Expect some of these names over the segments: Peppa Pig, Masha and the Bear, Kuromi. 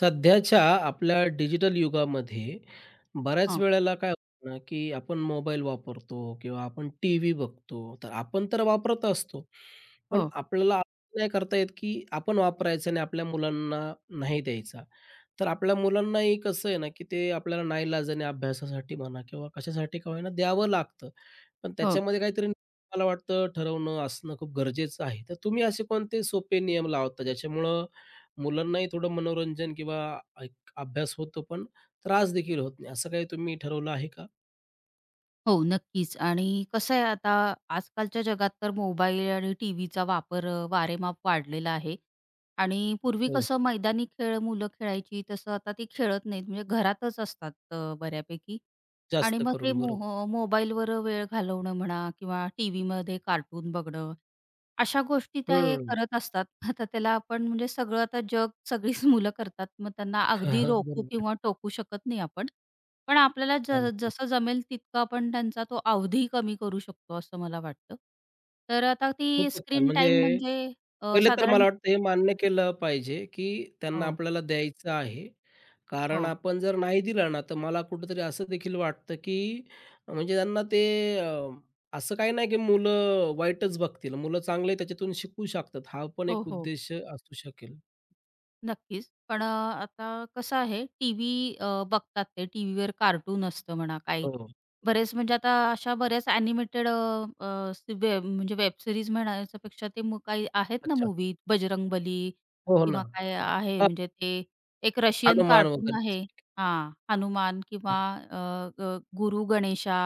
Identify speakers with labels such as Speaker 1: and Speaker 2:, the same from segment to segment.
Speaker 1: सध्याच्या आपल्या डिजिटल युगामध्ये बऱ्याच
Speaker 2: हां.
Speaker 1: वेळेला काय होतं ना, की आपण मोबाईल वापरतो किंवा आपण टीव्ही बघतो. तर आपण तर वापरत असतो. पण
Speaker 2: हो,
Speaker 1: आपल्याला असं नाही करता येत, की आपण वापरायचा आणि आपल्या मुलांना नाही द्यायचा. तर आपल्या मुलांनाही कसं आहे ना, की ते आपल्याला नाईलाजाने अभ्यासासाठी म्हणा किंवा कशासाठी का होईना द्यावं लागतं. पण
Speaker 2: हो.
Speaker 1: त्याच्यामध्ये काहीतरी मला वाटतं ठरवणं असणं खूप गरजेचं आहे. तर तुम्ही असे कोणते सोपे नियम लावता ज्याच्यामुळं मुलांनाही थोडं मनोरंजन किंवा एक अभ्यास होतो पण त्रास देखील होत नाही. असं काही तुम्ही ठरवलं आहे का?
Speaker 2: हो, नक्कीच. आणि कसं आहे आता आजकालच्या जगात तर मोबाईल आणि टीव्हीचा वापर वारेमाप वाढलेला आहे. आणि पूर्वी
Speaker 1: हो.
Speaker 2: कसं मैदानी खेळ मुलं खेळायची, तसं आता ती खेळत नाहीत. म्हणजे घरातच असतात बऱ्यापैकी. आणि
Speaker 1: जास्त
Speaker 2: मग ते
Speaker 1: करून बरोबर.
Speaker 2: मोबाईलवर वेळ घालवणं म्हणा किंवा टीव्हीमध्ये कार्टून बघणं अशा गोष्टी ते
Speaker 1: हं.
Speaker 2: करत असतात. आता त्याला आपण म्हणजे सगळं आता जग सगळीच मुलं करतात. मग त्यांना अगदी रोखू
Speaker 1: बरोबर.
Speaker 2: किंवा टोकू शकत नाही आपण. पण आपल्याला
Speaker 1: अगदी
Speaker 2: जसं
Speaker 1: बरोबर.
Speaker 2: जमेल तितकं आपण त्यांचा तो अवधी कमी करू शकतो असं मला वाटतं. तर आता ती
Speaker 1: खूपच छान.
Speaker 2: स्क्रीन टाईम
Speaker 1: म्हणजे
Speaker 2: म्हणजे
Speaker 1: पहिलं तर मला
Speaker 2: साधारण
Speaker 1: वाटतं हे मान्य केलं पाहिजे, की त्यांना
Speaker 2: हो,
Speaker 1: आपल्याला द्यायचं आहे. कारण
Speaker 2: हो.
Speaker 1: आपण जर नाही दिलं ना, तर मला कुठेतरी असं देखील वाटतं, की म्हणजे त्यांना ते अ, असं काही नाही, की मुलं वाईटच बघतील. मुलं चांगले त्याच्यातून शिकू शकतात. हा पण
Speaker 2: हो,
Speaker 1: एक
Speaker 2: हो.
Speaker 1: उद्देश असू शकेल.
Speaker 2: नक्कीच. पण आता कसं आहे टीव्ही अ, बघतात ते टीव्हीवर कार्टून असतं म्हणा काही.
Speaker 1: हो.
Speaker 2: बरेच म्हणजे आता अशा बऱ्याच ॲनिमेटेड अ, अ, सी वेब म्हणजे वेब सीरीज म्हणायच्यापेक्षा ते मग काही आहेत ना
Speaker 1: अच्छा.
Speaker 2: मूवी, बजरंगबली
Speaker 1: हो, हो ना.
Speaker 2: किंवा काय आहे
Speaker 1: हां,
Speaker 2: म्हणजे ते एक रशियन
Speaker 1: हनुमान
Speaker 2: कार्टून
Speaker 1: वगैरे.
Speaker 2: आहे हां, हनुमान किंवा अ, ग गुरु गणेशा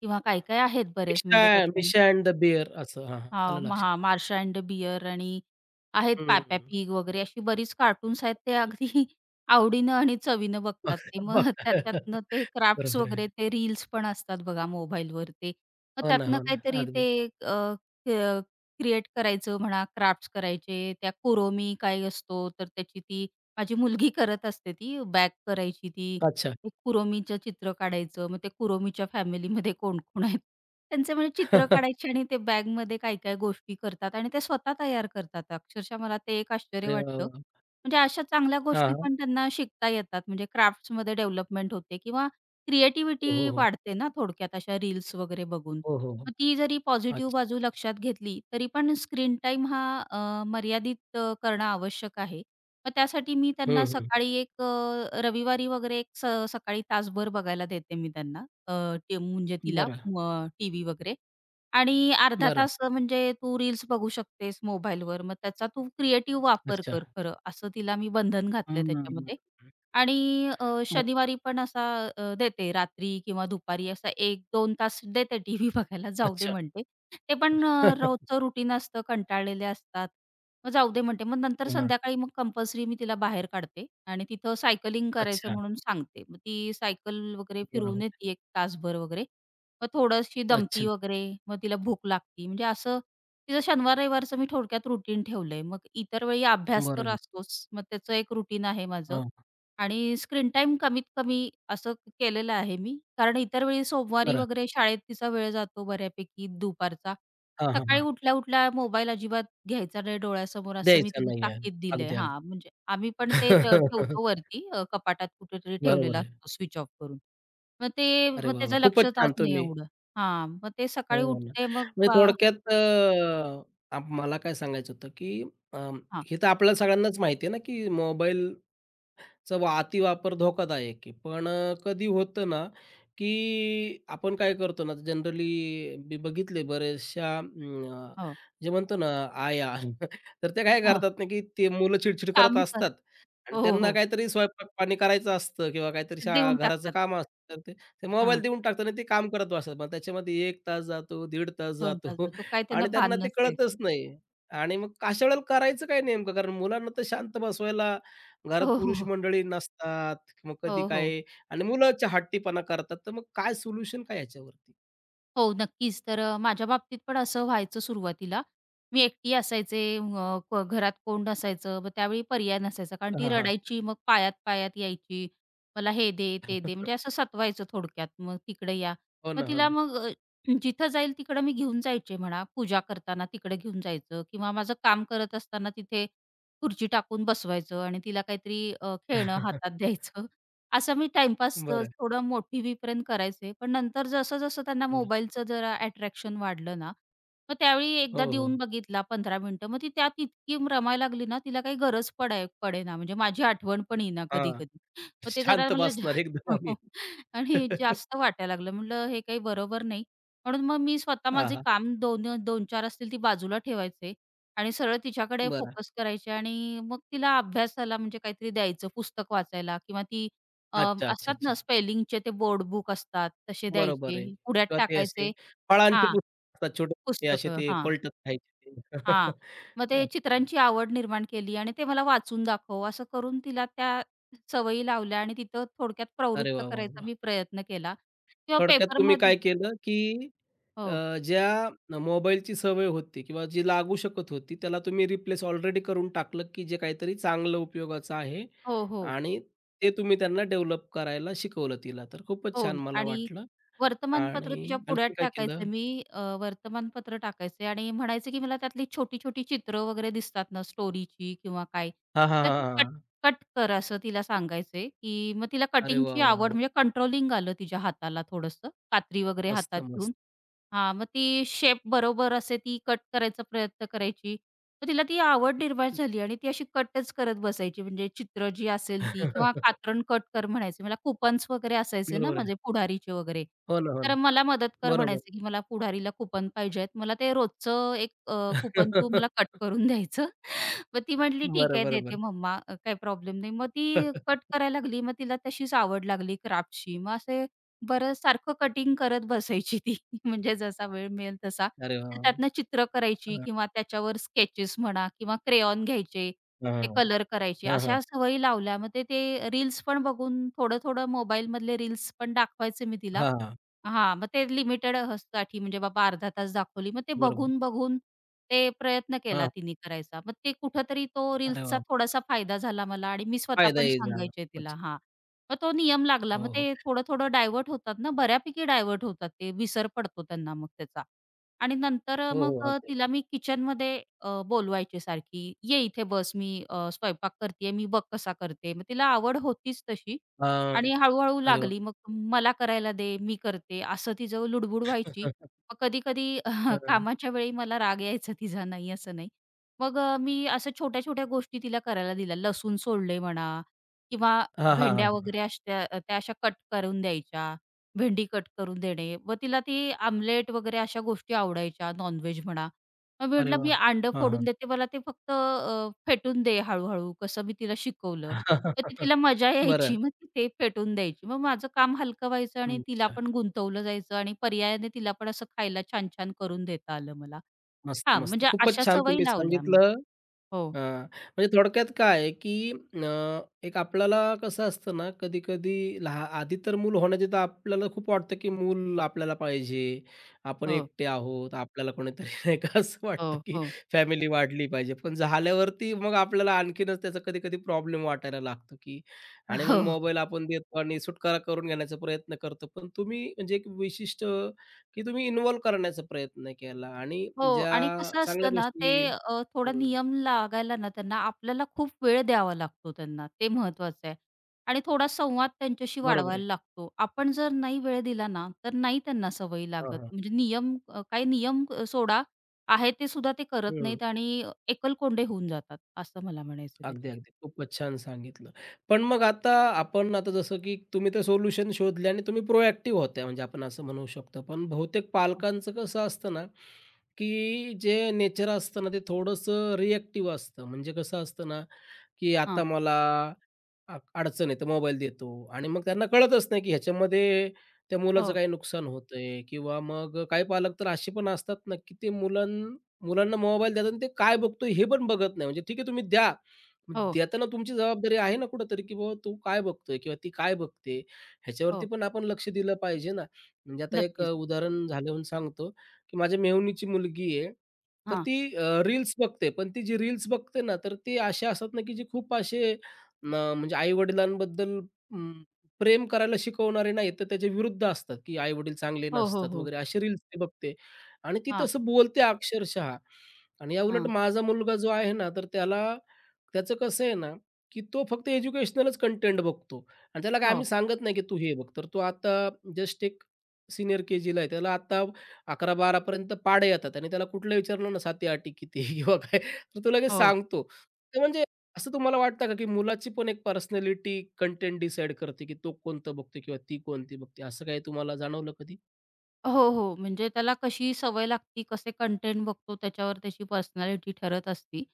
Speaker 2: किंवा काय-काय आहेत बरेच
Speaker 1: मिशा
Speaker 2: म्हणजे त्याच्या
Speaker 1: मिशा अँड द बिअर असं. हां, हां. आलं
Speaker 2: हां, मग
Speaker 1: लक्षात.
Speaker 2: हां, मार्शा एंड द बिअर आणि आहेत पॅप्या
Speaker 1: हं.
Speaker 2: पिग वगैरे अशी बरीच कार्टून्स आहेत ते अगदी आवडीनं आणि चवीनं
Speaker 1: बघ
Speaker 2: बघतात ते.
Speaker 1: बघ.
Speaker 2: मग त्यात त्यातनं ते क्राफ्ट्स
Speaker 1: बरोबर आहे.
Speaker 2: वगैरे ते रील्स पण असतात बघा मोबाईलवर ते. मग
Speaker 1: हो ना,
Speaker 2: त्यातनं
Speaker 1: हो ना.
Speaker 2: काहीतरी ते
Speaker 1: अगदी.
Speaker 2: क्रिएट करायचं म्हणा, क्राफ्ट्स करायचे. त्या कुरोमी काय असतो तर त्याची ती माझी मुलगी करत असते ती बॅग करायची ती.
Speaker 1: अच्छा.
Speaker 2: एक कुरोमीचं चित्र काढायचं. मग ते कुरोमीच्या फॅमिलीमध्ये कोण-कोण आहेत त्यांचे म्हणजे चित्र
Speaker 1: अरे
Speaker 2: काढायची आणि ते बॅगमध्ये काय-काय गोष्टी करतात आणि ते स्वतः तयार करतात. अक्षरशः मला ते एक आश्चर्य
Speaker 1: वाह!
Speaker 2: वाटतं.
Speaker 1: वाह!
Speaker 2: म्हणजे अशा चांगल्या
Speaker 1: हां,
Speaker 2: गोष्टी
Speaker 1: हां.
Speaker 2: पण त्यांना शिकता येतात. म्हणजे क्राफ्ट्समध्ये डेव्हलपमेंट होते किंवा
Speaker 1: हो, हो,
Speaker 2: क्रिएटिव्हिटी
Speaker 1: हो.
Speaker 2: वाढते ना थोडक्यात अशा रील्स वगैरे बघून.
Speaker 1: हो, हो, हो.
Speaker 2: मग ती जरी पॉझिटिव्ह बाजू
Speaker 1: अच्छा.
Speaker 2: लक्षात घेतली, तरी पण स्क्रीन टाईम हा मर्यादित करणं आवश्यक आहे. मग त्यासाठी मी त्यांना
Speaker 1: हं, हं.
Speaker 2: सकाळी एक रविवारी वगैरे एक स सकाळी तासभर बघायला देते मी त्यांना. ते म्हणजे तिला
Speaker 1: बरं,
Speaker 2: टीव्ही वगैरे आणि अर्धा
Speaker 1: बरं.
Speaker 2: तास म्हणजे तू रील्स बघू शकतेस मोबाईलवर. मग त्याचा तू क्रिएटिव्ह वापर
Speaker 1: अच्छा.
Speaker 2: कर खरं, असं तिला मी बंधन घातलंय
Speaker 1: हं.
Speaker 2: त्याच्यामध्ये. आणि
Speaker 1: ब
Speaker 2: शनिवारी पण असा देते रात्री किंवा दुपारी असा एक दोन तास देते टीव्ही बघायला, जाऊ दे
Speaker 1: अच्छा.
Speaker 2: म्हणते. ते पण रोजचं रुटीन असतं, कंटाळलेले असतात. मग जाऊ दे म्हणते. मग नंतर
Speaker 1: हां.
Speaker 2: संध्याकाळी मग कंपल्सरी मी तिला बाहेर काढते आणि तिथं सायकलिंग करायचं
Speaker 1: अच्छा.
Speaker 2: म्हणून सांगते. मग ती सायकल वगैरे फिरवून
Speaker 1: बरोबर.
Speaker 2: येते 1 तासभर वगैरे. मग थोडीशी
Speaker 1: अच्छा.
Speaker 2: दमती वगैरे, मग तिला भूक लागती. म्हणजे असं तिचं शनिवार-रविवारचं मी थोडक्यात रुटीन ठेवलंय. मग इतर वेळी अभ्यास तर
Speaker 1: बरोबर.
Speaker 2: असतोच. मग त्याचं एक रुटीन आहे माझं.
Speaker 1: हो.
Speaker 2: आणि स्क्रीन टाईम कमीत कमी असं केलेलं आहे मी. कारण इतर वेळी सोमवारी
Speaker 1: बरं.
Speaker 2: वगैरे शाळेत तिचा वेळ जातो बऱ्यापैकी दुपारचा.
Speaker 1: हां, हां,
Speaker 2: सकाळी
Speaker 1: हां.
Speaker 2: उठल्या-उठल्या मोबाईल अजिबात घ्यायचा नाही डोळ्यासमोर असं मी
Speaker 1: द्यायचा
Speaker 2: तिला
Speaker 1: नाही आहे.
Speaker 2: ताकीद दिलंय.
Speaker 1: अगदी, अगदी.
Speaker 2: हां, म्हणजे आम्ही पण ते ठेवतो वरती कपाटात कुठेतरी
Speaker 1: बरोबर
Speaker 2: ठेवलेला
Speaker 1: आहे.
Speaker 2: असतो स्विच ऑफ करून. मग ते
Speaker 1: अरे
Speaker 2: मग
Speaker 1: वाह! वाह!
Speaker 2: त्याचं लक्ष
Speaker 1: खूपच
Speaker 2: जात
Speaker 1: छान
Speaker 2: नाही
Speaker 1: तुम्ही
Speaker 2: एवढं. हां, मग ते सकाळी
Speaker 1: हो ना.
Speaker 2: उठते मग
Speaker 1: म्हणजे थोडक्यात मला काय सांगायचं होतं, की अ,
Speaker 2: हां,
Speaker 1: हे तर आपल्याला सगळ्यांनाच माहिती आहे ना, की मोबाईल चा वा अतिवापर धोकादायक आहे. पण कधी होतं ना, की आपण काय करतो ना, जनरली मी बघितले बऱ्याचशा
Speaker 2: हो,
Speaker 1: जे म्हणतो ना आया, तर त्या काय
Speaker 2: हां,
Speaker 1: करतात ना, की ते मुलं चिडचिड करत
Speaker 2: काम कर
Speaker 1: असतात आणि
Speaker 2: हो, हो,
Speaker 1: त्यांना
Speaker 2: हो.
Speaker 1: काहीतरी स्वयंपाक-पाणी करायचं असतं किंवा काहीतरी
Speaker 2: ते
Speaker 1: शाळा
Speaker 2: देऊन
Speaker 1: घराचं
Speaker 2: टाकतात.
Speaker 1: काम असतं. तर ते ते मोबाईल
Speaker 2: हां,
Speaker 1: देऊन टाकतात आणि ते काम करत बसतात. मग त्याच्यामध्ये 1 तास जातो, दीड तास
Speaker 2: 2
Speaker 1: जातो
Speaker 2: तास तो काय त्यांना
Speaker 1: आणि त्यांना
Speaker 2: भान
Speaker 1: ते
Speaker 2: नसते.
Speaker 1: कळतच नाही आणि मग अशा वेळेला करायचं काय नेमकं? कारण मुलांना तर शांत बसवायला घरात
Speaker 2: हो, हो,
Speaker 1: पुरुष
Speaker 2: हो.
Speaker 1: मंडळी नसतात, मग कधी
Speaker 2: हो, हो.
Speaker 1: काय आणि मुलांच्या हट्टीपणा करतात, तर मग काय सोल्युशन काय याच्यावरती?
Speaker 2: हो, नक्कीच. तर माझ्या बाबतीत पण असं व्हायचं सुरुवातीला. मी एकटी असायचे, अ, क घरात कोण नसायचं. मग त्यावेळी पर्याय नसायचा. कारण ती
Speaker 1: हां, हां.
Speaker 2: रडायची, मग पायात-पायात यायची. मला हे दे, ते दे. म्हणजे असं सतवायचं थोडक्यात. मग तिकडे या.
Speaker 1: हो
Speaker 2: मग
Speaker 1: ना, हो
Speaker 2: तिला
Speaker 1: ना.
Speaker 2: मग जिथं जाईल तिकडं मी घेऊन जायचे म्हणा. पूजा करताना तिकडे घेऊन जायचं किंवा माझं काम करत असताना तिथे खुर्ची टाकून बसवायचं आणि तिला काहीतरी खेळणं हातात द्यायचं. असं मी टाईमपास
Speaker 1: बरं,
Speaker 2: थोडं मोठी होईपर्यंत करायचे. पण नंतर जसं-जसं त्यांना
Speaker 1: बरं.
Speaker 2: मोबाईलचं जरा अट्रॅक्शन वाढलं ना, मग त्यावेळी
Speaker 1: हो,
Speaker 2: एकदा
Speaker 1: हो.
Speaker 2: देऊन बघितला 15 मिनिटं. मग ती त्यात इतकी रमायला लागली ना, तिला काही गरज पडाय पडेना. म्हणजे माझी आठवण पण येईना
Speaker 1: हां.
Speaker 2: कधी-कधी. मग ते जरा
Speaker 1: शांत
Speaker 2: मला
Speaker 1: बसणार एकदम आणि
Speaker 2: हो, आणि जास्त वाटायला लागलं. म्हटलं हे काही बरोबर नाही. म्हणून मग मी स्वतः
Speaker 1: हां,
Speaker 2: माझे
Speaker 1: हां.
Speaker 2: काम 2-4 असतील ती बाजूला ठेवायचे आणि सरळ तिच्याकडे
Speaker 1: बरं.
Speaker 2: फोकस करायचे आणि मग तिला अभ्यासाला म्हणजे काहीतरी द्यायचं, पुस्तक वाचायला किंवा ती अ,
Speaker 1: अच्छा, अच्छा,
Speaker 2: असतात ना
Speaker 1: अच्छा.
Speaker 2: स्पेलिंगचे ते बोर्ड बुक असतात, तसे
Speaker 1: बरोबर
Speaker 2: द्यायचे.
Speaker 1: आहे.
Speaker 2: पुढ्यात
Speaker 1: किंवा ते असे
Speaker 2: टाकायचे
Speaker 1: फळांचे
Speaker 2: हां,
Speaker 1: पुस्तक असतात छोटे, ते असे
Speaker 2: पुस्तकं.
Speaker 1: ते
Speaker 2: हां,
Speaker 1: पलटत राहायचे ते.
Speaker 2: हां. मग ते
Speaker 1: अच्छा.
Speaker 2: चित्रांची आवड निर्माण केली आणि ते मला वाचून दाखव असं करून तिला त्या सवयी लावल्या आणि तिथं थोडक्यात
Speaker 1: अरे
Speaker 2: प्रवृत्त
Speaker 1: वाह, वाह,
Speaker 2: करायचा
Speaker 1: वाह!
Speaker 2: मी प्रयत्न केला किंवा
Speaker 1: थोडक्यात तुम्ही
Speaker 2: पेपरमध्ये
Speaker 1: काय केलं, की
Speaker 2: हो,
Speaker 1: ज्या मोबाईलची सवय होती किंवा जी लागू शकत होती, त्याला तुम्ही रिप्लेस ऑलरेडी करून टाकलं, की जे काहीतरी चांगलं उपयोगाचं आहे
Speaker 2: हो, हो.
Speaker 1: आणि ते तुम्ही त्यांना डेव्हलप करायला शिकवलं तिला. तर खूपच
Speaker 2: हो
Speaker 1: छान मला
Speaker 2: आणि
Speaker 1: वाटलं
Speaker 2: वर्तमानपत्र
Speaker 1: आणि
Speaker 2: तिच्या पुढ्यात
Speaker 1: आणखीन काय केलं?
Speaker 2: टाकायचं मी वर्तमानपत्र टाकायचे आणि म्हणायचे, की मला त्यातली छोटी-छोटी चित्र वगैरे दिसतात ना स्टोरीची किंवा काय,
Speaker 1: हां, हां,
Speaker 2: तर ती कट
Speaker 1: हां,
Speaker 2: कट कर असं तिला सांगायचे, की मग तिला
Speaker 1: अरे वाह!
Speaker 2: कटिंगची
Speaker 1: वाह!
Speaker 2: आवड
Speaker 1: वाह!
Speaker 2: म्हणजे कंट्रोलिंग आलं तिच्या हाताला थोडंसं, कात्री वगैरे
Speaker 1: मस्त,
Speaker 2: हातात
Speaker 1: मस्त.
Speaker 2: घेऊन. हां, मग ती शेप बरोबर असे ती कट करायचा प्रयत्न करायची. तर तिला ती आवड निर्माण झाली आणि ती अशी कटच करत बसायची म्हणजे चित्र जी असेल ती किंवा कात्रण कट कर म्हणायचे. मला कुपन्स वगैरे असायचे ना
Speaker 1: बरोबर आहे.
Speaker 2: माझे पुढारीचे वगैरे.
Speaker 1: हो ना, हो
Speaker 2: तर
Speaker 1: ना.
Speaker 2: मला मदत कर
Speaker 1: बरोबर.
Speaker 2: म्हणायचे, की मला पुढारीला कुपन पाहिजे आहेत. मला ते रोजचं एक कुपन तू मला कट करून द्यायचं. मग ती म्हटली, "ठीक
Speaker 1: बरं,
Speaker 2: आहे
Speaker 1: बरं,
Speaker 2: देते
Speaker 1: बरं.
Speaker 2: मम्मा, काही प्रॉब्लेम नाही." मग ती कट करायला लागली. मग तिला तशीच आवड लागली क्राफ्टची. मग असे बरं सारखं कटिंग करत बसायची ती. म्हणजे जसा वेळ मिळेल तसा.
Speaker 1: अरे
Speaker 2: तर
Speaker 1: वाह!
Speaker 2: त्यातनं चित्र करायची
Speaker 1: वाह!
Speaker 2: किंवा त्याच्यावर स्केचेस म्हणा किंवा क्रेयॉन घ्यायचे,
Speaker 1: वाह!
Speaker 2: ते
Speaker 1: हां.
Speaker 2: कलर करायचे.
Speaker 1: हां, हां.
Speaker 2: अशा सवयी लावल्या. मग ते ते रील्स पण बघून थोडं-थोडं मोबाईलमधले रील्स पण दाखवायचे मी तिला.
Speaker 1: हां, हां.
Speaker 2: हां, मग ते लिमिटेड साठी म्हणजे बाबा अर्धा तास दाखवली. मग ते
Speaker 1: बरोबर.
Speaker 2: बघून-बघून ते प्रयत्न केला
Speaker 1: हां.
Speaker 2: तिने करायचा. मग ते कुठेतरी तो
Speaker 1: अरे
Speaker 2: रील्सचा
Speaker 1: वाह!
Speaker 2: थोडासा फायदा झाला मला आणि मी स्वतः पण
Speaker 1: फायदाही झाला
Speaker 2: सांगायचे
Speaker 1: खूपच.
Speaker 2: तिला हां. मग तो नियम लागला.
Speaker 1: हो,
Speaker 2: मग
Speaker 1: हो.
Speaker 2: ते थोडं-थोडं डायव्हर्ट होतात ना, बऱ्यापैकी डायव्हर्ट होतात ते. विसर पडतो त्यांना मग त्याचा. आणि नंतर
Speaker 1: हो,
Speaker 2: मग
Speaker 1: हो. अगदी.
Speaker 2: तिला मी किचनमध्ये बोलवायचे सारखी, "ये इथे बस मी स्वयंपाक करतेय, मी बघ कसा करते." मग तिला आवड होतीच तशी
Speaker 1: हां.
Speaker 2: आणि हळू
Speaker 1: अरे वाह!
Speaker 2: लागली. मग मला करायला दे, मी करते असं तिचं लुडबुड व्हायची. मग कधी-कधी
Speaker 1: हं.
Speaker 2: हां, कामाच्या वेळी मला राग यायचा तिचा नाही असं नाही. मग मी अशा छोट्या-छोट्या गोष्टी तिला करायला दिल्या. लसूण सोलले म्हणा किंवा
Speaker 1: हां, हां,
Speaker 2: भेंड्या
Speaker 1: हां,
Speaker 2: वगैरे अशा त्या त्या अशा कट करून द्यायच्या. भेंडी कट करून देणे. मग तिला ती आमलेट वगैरे अशा गोष्टी आवडायच्या नॉनव्हेज म्हणा. मग मी
Speaker 1: अरे
Speaker 2: म्हटलं,
Speaker 1: वाह!
Speaker 2: "मी अंडं
Speaker 1: हां, हां.
Speaker 2: फोडून देते मला ते फक्त फेटून दे हळू कसं मी तिला शिकवलं. तर ती तिला मजा
Speaker 1: बरं.
Speaker 2: यायची. मग ती ते पेटवून द्यायची. मग माझं काम हलकं व्हायचं आणि तिला
Speaker 1: अच्छा.
Speaker 2: पण गुंतवलं जायचं आणि पर्यायाने तिला पण असं खायला छान-छान करून देता आलं मला.
Speaker 1: मस्त,
Speaker 2: हां,
Speaker 1: मस्त.
Speaker 2: म्हणजे
Speaker 1: खूपच
Speaker 2: अशा
Speaker 1: छान
Speaker 2: सवयी
Speaker 1: तुम्ही
Speaker 2: लावल्या आम्ही.
Speaker 1: सांगितलं.
Speaker 2: हो,
Speaker 1: हां, म्हणजे थोडक्यात काय आहे, की अ, एक आपल्याला कसं असतं ना, कधी-कधी आधी तर मूल होण्याची तर आपल्याला खूप वाटतं, की मूल आपल्याला पाहिजे, आपण
Speaker 2: हो,
Speaker 1: एकटे आहोत, आपल्याला कोणीतरी नाही का असं वाटतं,
Speaker 2: हो,
Speaker 1: की
Speaker 2: हो.
Speaker 1: फॅमिली वाढली पाहिजे. पण झाल्यावरती मग आपल्याला आणखीनच त्याचा कधी-कधी प्रॉब्लेम वाटायला लागतो, की आणि मग
Speaker 2: हो.
Speaker 1: मोबाईल आपण देतो आणि सुटकारा करून घेण्याचा प्रयत्न करतो. पण तुम्ही म्हणजे एक विशिष्ट, की तुम्ही इन्व्हॉल्व करण्याचा प्रयत्न केला आणि
Speaker 2: हो
Speaker 1: ज्या
Speaker 2: आणि कसं
Speaker 1: चांगल्या
Speaker 2: असतं ना, ते
Speaker 1: गोष्टी
Speaker 2: थोडा
Speaker 1: हं,
Speaker 2: नियम लागायला ना त्यांना आपल्याला खूप वेळ द्यावा लागतो त्यांना. ते महत्वाचं आहे. आणि थोडा संवाद त्यांच्याशी
Speaker 1: बरोबर.
Speaker 2: वाढवायला लागतो. आपण जर नाही वेळ दिला ना, तर नाही त्यांना सवय
Speaker 1: हां,
Speaker 2: लागत.
Speaker 1: हां.
Speaker 2: म्हणजे नियम काही नियम सोडा, आहे ते सुद्धा ते करत
Speaker 1: हं.
Speaker 2: नाहीत आणि एकलकोंडे होऊन जातात, असं मला म्हणायचं आहे
Speaker 1: अगदी,
Speaker 2: त्याच्यात.
Speaker 1: अगदी. खूपच छान सांगितलं. पण मग आता आपण आता जसं की तुम्ही ते सोल्युशन शोधले आणि तुम्ही प्रोएक्टिव्ह होत्या म्हणजे आपण असं म्हणू शकतो. पण बहुतेक पालकांचं कसं असतं ना, की जे नेचर असतं ना, ते थोडंसं रिएक्टिव्ह असतं. म्हणजे कसं असतं ना, की
Speaker 2: हां,
Speaker 1: आता मला अडचण आहे, तर मोबाईल देतो आणि मग त्यांना कळतच नाही की ह्याच्यामध्ये त्या मुलाचं
Speaker 2: हो,
Speaker 1: काही नुकसान होतंय किंवा मग काही पालक तर असे पण असतात ना, की ते मुलांना मोबाईल देतात आणि ते काय बघतोय हे पण बघत नाही. म्हणजे ठीक आहे तुम्ही द्या. पण
Speaker 2: हो,
Speaker 1: देताना तुमची जबाबदारी आहे ना कुठेतरी, की बाबा तो काय बघतोय किंवा ती काय बघते, ह्याच्यावरती
Speaker 2: हो,
Speaker 1: पण आपण लक्ष दिलं पाहिजे ना. म्हणजे आता एक
Speaker 2: नक्कीच.
Speaker 1: उदाहरण झाल्यावरून सांगतो, की माझ्या मेहुणीची मुलगी आहे. तर
Speaker 2: हां.
Speaker 1: ती रील्स बघते, पण ती जी रील्स बघते ना, तर ते असे असतात ना, की जे खूप असे म्हणजे आई-वडिलांबद्दल प्रेम करायला शिकवणारे नाहीत, तर त्याच्या विरुद्ध असतात, की आई-वडील चांगले
Speaker 2: हो, हो,
Speaker 1: नसतात
Speaker 2: हो.
Speaker 1: वगैरे असे रील्स ती बघते आणि ती
Speaker 2: हां,
Speaker 1: तसं बोलते अक्षरशः आणि याउलट
Speaker 2: हां.
Speaker 1: माझा मुलगा जो आहे ना, तर त्याला त्याचं कसं आहे ना, की तो फक्त एज्युकेशनलच कंटेंट बघतो आणि त्याला काय
Speaker 2: हो,
Speaker 1: आम्ही सांगत नाही, की तू हे बघ. तर तो आता जस्ट एक सीनियर के-जीला आहे. त्याला आता 11-12 पर्यंत पाढे येतात आणि त्याला कुठलं विचारलं ना, "साती आटी किती?" किंवा काय, तर तो लगेच
Speaker 2: हो.
Speaker 1: सांगतो. तर म्हणजे असं तुम्हाला वाटतं का, की मुलाची पण एक पर्सनॅलिटी कंटेंट डिसाईड करते, की तो कोणतं बघतो किंवा ती कोणती बघते? असं काही तुम्हाला जाणवलं कधी?
Speaker 2: हो, हो. म्हणजे त्याला कशी सवय लागती, कसे कंटेंट बघतो त्याच्यावर त्याची पर्सनॅलिटी ठरत असती.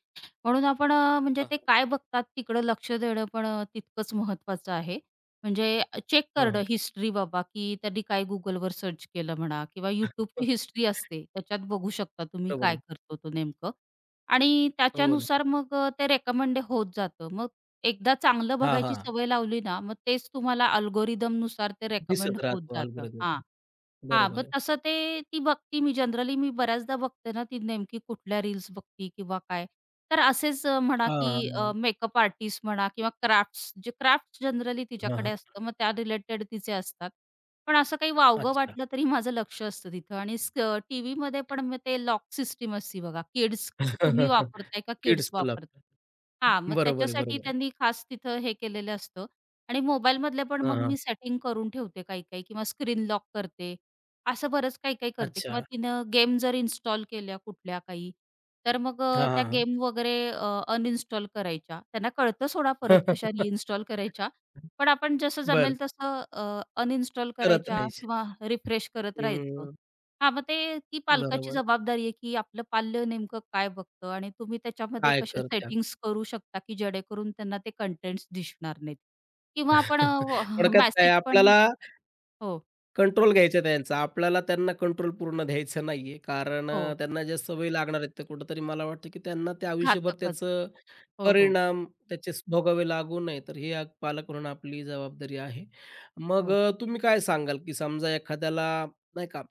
Speaker 2: म्हणून आपण म्हणजे
Speaker 1: हां,
Speaker 2: ते
Speaker 1: हां.
Speaker 2: काय बघतात तिकडं लक्ष देणं पण तितकंच महत्त्वाचं आहे. म्हणजे चेक
Speaker 1: हां, हां.
Speaker 2: करणं हिस्ट्री बाबा, की त्यांनी काय Googleवर सर्च केलं म्हणा किंवा YouTubeची हिस्ट्री असते. त्याच्यात बघू शकता तुम्ही
Speaker 1: बरोबर
Speaker 2: काय
Speaker 1: आहे.
Speaker 2: करतो तो नेमकं आणि
Speaker 1: हो ना.
Speaker 2: त्याच्यानुसार मग ते रेकमेंड होत जातं. मग एकदा चांगलं
Speaker 1: हां,
Speaker 2: बघायची
Speaker 1: हां.
Speaker 2: सवय लावली ना, मग तेच तुम्हाला अल्गोरिदमनुसार ते रेकमेंड
Speaker 1: दिसत
Speaker 2: होत
Speaker 1: राहतो
Speaker 2: जातं.
Speaker 1: अल्गोरिदम.
Speaker 2: हां. हां,
Speaker 1: बरोबर
Speaker 2: मग
Speaker 1: आहे.
Speaker 2: तसं ते ती बघती मी जनरली मी बऱ्याचदा बघते ना, ती नेमकी कुठल्या रील्स बघती किंवा काय. तर असेच म्हणा
Speaker 1: हां,
Speaker 2: की
Speaker 1: हां, हां.
Speaker 2: मेकअप आर्टिस्ट म्हणा किंवा क्राफ्ट्स जे क्राफ्ट्स जनरली
Speaker 1: हां,
Speaker 2: तिच्याकडे
Speaker 1: हां.
Speaker 2: असतं, मग त्या रिलेटेड तिचे असतात. पण असं काही वावगं
Speaker 1: अच्छा.
Speaker 2: वाटलं तरी माझं लक्ष असतं तिथं आणि टीव्हीमध्ये पण मग ते लॉक सिस्टम असते बघा, किड्स तुम्ही वापरताय का किड्स
Speaker 1: किड्सचं
Speaker 2: वापरताय?
Speaker 1: लागतं.
Speaker 2: हां, मग
Speaker 1: बरोबर आहे,
Speaker 2: त्याच्यासाठी
Speaker 1: बरोबर आहे.
Speaker 2: त्यांनी खास तिथं हे केलेलं असतं आणि मोबाईलमधले पण
Speaker 1: हां,
Speaker 2: मग
Speaker 1: हां.
Speaker 2: मी सेटिंग करून ठेवते काही-काही किंवा स्क्रीन लॉक करते. असं बरंच काही-काही करते
Speaker 1: अच्छा.
Speaker 2: किंवा तिनं गेम जर इन्स्टॉल केल्या कुठल्या काही, तर मग
Speaker 1: हां, हां,
Speaker 2: त्या
Speaker 1: हां.
Speaker 2: गेम वगैरे अनइन्स्टॉल करायच्या. त्यांना कळतं सोडा परत कशा रिइन्स्टॉल करायच्या. पण आपण जसं
Speaker 1: बरं,
Speaker 2: जमेल तसं अनइन्स्टॉल
Speaker 1: करत
Speaker 2: करायच्या
Speaker 1: राहायचे.
Speaker 2: किंवा रिफ्रेश करत राहायचं.
Speaker 1: हं,
Speaker 2: हां, मग ते ती पालकाची
Speaker 1: बरोबर.
Speaker 2: जबाबदारी आहे, की आपलं पाल्य नेमकं काय बघतं आणि तुम्ही त्याच्यामध्ये
Speaker 1: काय
Speaker 2: कशा
Speaker 1: करत्या?
Speaker 2: सेटिंग्स करू शकता, की जेणेकरून त्यांना ते कंटेंट्स दिसणार नाहीत किंवा आपण हो,
Speaker 1: थोडक्यात काय
Speaker 2: मेसेज पण
Speaker 1: आपल्याला
Speaker 2: हो,
Speaker 1: कंट्रोल घ्यायचा आहे त्यांचा. आपल्याला त्यांना कंट्रोल पूर्ण द्यायचं नाहीये. कारण
Speaker 2: हो.
Speaker 1: त्यांना ज्या सवयी लागणार आहेत, तर कुठेतरी मला वाटतं, की त्यांना ते आयुष्यभर
Speaker 2: घातकच.
Speaker 1: त्याचं
Speaker 2: हो, हो,
Speaker 1: परिणाम भोगावे लागू नये. तर ही पालक म्हणून आपली जबाबदारी आहे. मग
Speaker 2: हो.
Speaker 1: तुम्ही काय सांगाल, की समजा एखाद्याला नाही का,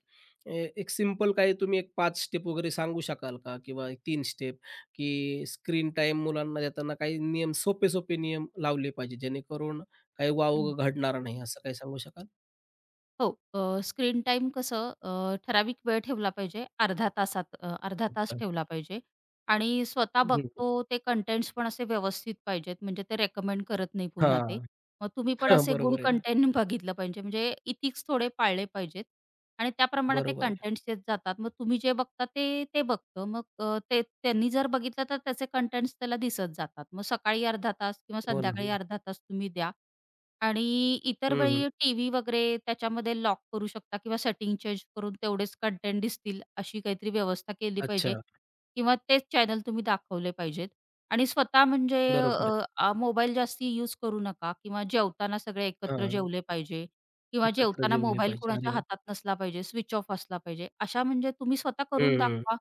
Speaker 1: एक सिंपल काही तुम्ही एक 5 स्टेप वगैरे सांगू शकाल का? किंवा 3 स्टेप, की स्क्रीन टाईम मुलांना देताना काही नियम सोपे-सोपे नियम लावले पाहिजे, जेणेकरून काही वावग घडणार नाही, असं काही सांगू शकाल?
Speaker 2: हो. स्क्रीन टाईम कसं ठराविक वेळ ठेवला पाहिजे. अर्धा तासात अर्धा तास
Speaker 1: अच्छा.
Speaker 2: ठेवला पाहिजे आणि स्वतः बघतो ते कंटेंट्स पण असे व्यवस्थित पाहिजेत, म्हणजे ते रेकमेंड करत नाही पुन्हा ते.
Speaker 1: हां.
Speaker 2: मग तुम्ही पण
Speaker 1: हां,
Speaker 2: असे गुड
Speaker 1: बरोबर आहे ना.
Speaker 2: कंटेंट बघितलं पाहिजे, म्हणजे इथिक्स थोडे पाळले पाहिजेत आणि त्याप्रमाणे ते
Speaker 1: बरोबर आहे.
Speaker 2: कंटेंट्स येत जातात. मग तुम्ही जे बघता ते ते बघतं. मग ते त्यांनी जर बघितलं तर त्याचे कंटेंट्स त्याला दिसत जातात. मग सकाळी अर्धा तास किंवा
Speaker 1: हो ना.
Speaker 2: संध्याकाळी
Speaker 1: हं.
Speaker 2: अर्धा तास तुम्ही द्या. आणि इतर
Speaker 1: हं, हं.
Speaker 2: वेळी टीव्ही वगैरे त्याच्यामध्ये लॉक करू शकता किंवा सेटिंग चेंज करून तेवढेच कंटेंट दिसतील अशी काहीतरी व्यवस्था केली पाहिजे
Speaker 1: अच्छा.
Speaker 2: किंवा तेच चॅनल तुम्ही दाखवले पाहिजेत आणि स्वतः म्हणजे
Speaker 1: बरोबर आहे.
Speaker 2: मोबाईल जास्ती यूज करू नका किंवा जेवताना सगळे एकत्र
Speaker 1: हां.
Speaker 2: जेवले पाहिजे किंवा
Speaker 1: एकत्र
Speaker 2: जेवताना
Speaker 1: जेवले
Speaker 2: मोबाईल
Speaker 1: पाहिजे. अरे
Speaker 2: कोणाच्या
Speaker 1: वाह!
Speaker 2: हातात नसला पाहिजे, स्विच ऑफ असला पाहिजे. अशा म्हणजे तुम्ही स्वतः करून
Speaker 1: हं,
Speaker 2: दाखवा.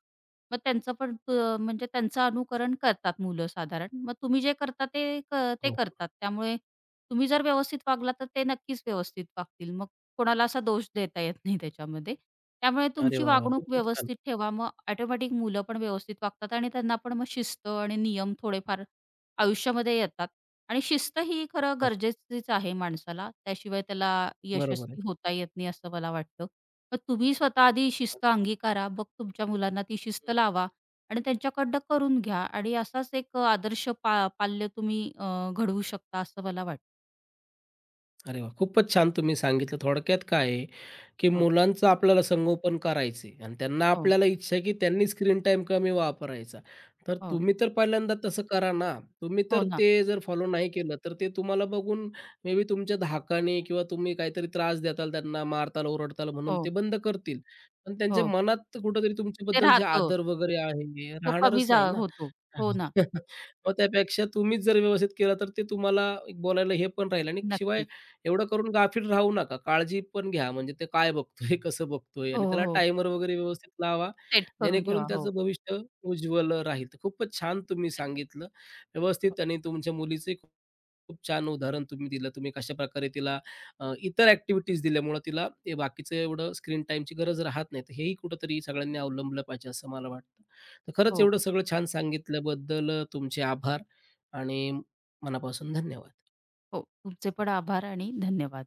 Speaker 2: मग त्यांचं पण म्हणजे त्यांचं अनुकरण करतात मुलं साधारण. मग तुम्ही जे करता ते
Speaker 1: हो.
Speaker 2: करतात. त्यामुळे तुम्ही जर व्यवस्थित वागला, तर ते नक्कीच व्यवस्थित वागतील. मग कोणाला असा दोष देता येत नाही त्याच्यामध्ये. त्यामुळे
Speaker 1: अरे
Speaker 2: तुमची
Speaker 1: वाह, वाह!
Speaker 2: वागणूक
Speaker 1: खूपच छान.
Speaker 2: व्यवस्थित ठेवा. मग ऑटोमॅटिक मुलं पण व्यवस्थित वागतात आणि त्यांना पण मग शिस्त आणि नियम थोडेफार आयुष्यामध्ये येतात. आणि शिस्त ही खरं
Speaker 1: हां,
Speaker 2: गरजेचीच आहे माणसाला. त्याशिवाय त्याला
Speaker 1: बरोबर आहे.
Speaker 2: यशस्वी होता येत नाही असं मला वाटतं. मग तुम्ही स्वतः आधी शिस्त अंगीकारा. मग तुमच्या मुलांना ती शिस्त लावा आणि त्यांच्याकडनं करून घ्या आणि असाच एक आदर्श पाल्य तुम्ही घडवू शकता असं मला वाटतं.
Speaker 1: अरे वाह! खूपच छान तुम्ही सांगितलं. थोडक्यात काय आहे, की
Speaker 2: हां.
Speaker 1: मुलांचं आपल्याला संगोपन करायचं आहे आणि त्यांना
Speaker 2: हो,
Speaker 1: आपल्याला इच्छा आहे, की त्यांनी स्क्रीन टाईम कमी वापरायचा. तर
Speaker 2: हो.
Speaker 1: तुम्ही तर पहिल्यांदा तसं करा ना. तुम्ही
Speaker 2: हो
Speaker 1: तर
Speaker 2: ना.
Speaker 1: ते जर फॉलो नाही केलं, तर ते तुम्हाला बघून मे बी तुमच्या धाकाने किंवा तुम्ही काहीतरी त्रास देताल त्यांना, मारताल, ओरडताल म्हणून ते
Speaker 2: हो,
Speaker 1: बंद करतील. पण त्यांच्या
Speaker 2: हो.
Speaker 1: मनात कुठेतरी
Speaker 2: ते
Speaker 1: तुमच्याबद्दल जे
Speaker 2: राहतं.
Speaker 1: आदर वगैरे आहे, हे
Speaker 2: तो कमी
Speaker 1: राहणारच
Speaker 2: जा
Speaker 1: नाही ना.
Speaker 2: होतो. हो ना.
Speaker 1: मग त्यापेक्षा तुम्हीच जर व्यवस्थित केलं, तर ते तुम्हाला एक बोलायला हे पण राहील आणि शिवाय
Speaker 2: नक्कीच.
Speaker 1: एवढं करून गाफील राहू नका. काळजी पण घ्या, म्हणजे ते काय बघतोय, कसं बघतोय
Speaker 2: हो,
Speaker 1: आणि
Speaker 2: हो.
Speaker 1: त्याला
Speaker 2: हो.
Speaker 1: टायमर वगैरे व्यवस्थित लावा,
Speaker 2: सेट करून
Speaker 1: जेणेकरून
Speaker 2: ठेवा. हो.
Speaker 1: त्याचं भविष्य उज्ज्वल राहील. तर खूपच छान तुम्ही
Speaker 2: नक्कीच.
Speaker 1: सांगितलं
Speaker 2: हो,
Speaker 1: व्यवस्थित आणि तुमच्या मुलीचंही खूप खूप छान उदाहरण तुम्ही दिलं. तुम्ही कशाप्रकारे तिला इतर ॲक्टिव्हिटीज दिल्यामुळं तिला हे बाकीचं एवढं स्क्रीन टाईमची गरज राहत नाही. तर हेही कुठेतरी सगळ्यांनी अवलंबलं पाहिजे, असं मला वाटतं. तर खरंच
Speaker 2: हो.
Speaker 1: एवढं सगळं छान सांगितल्याबद्दल तुमचे आभार आणि मनापासून धन्यवाद.
Speaker 2: हो. तुमचे पण आभार आणि धन्यवाद.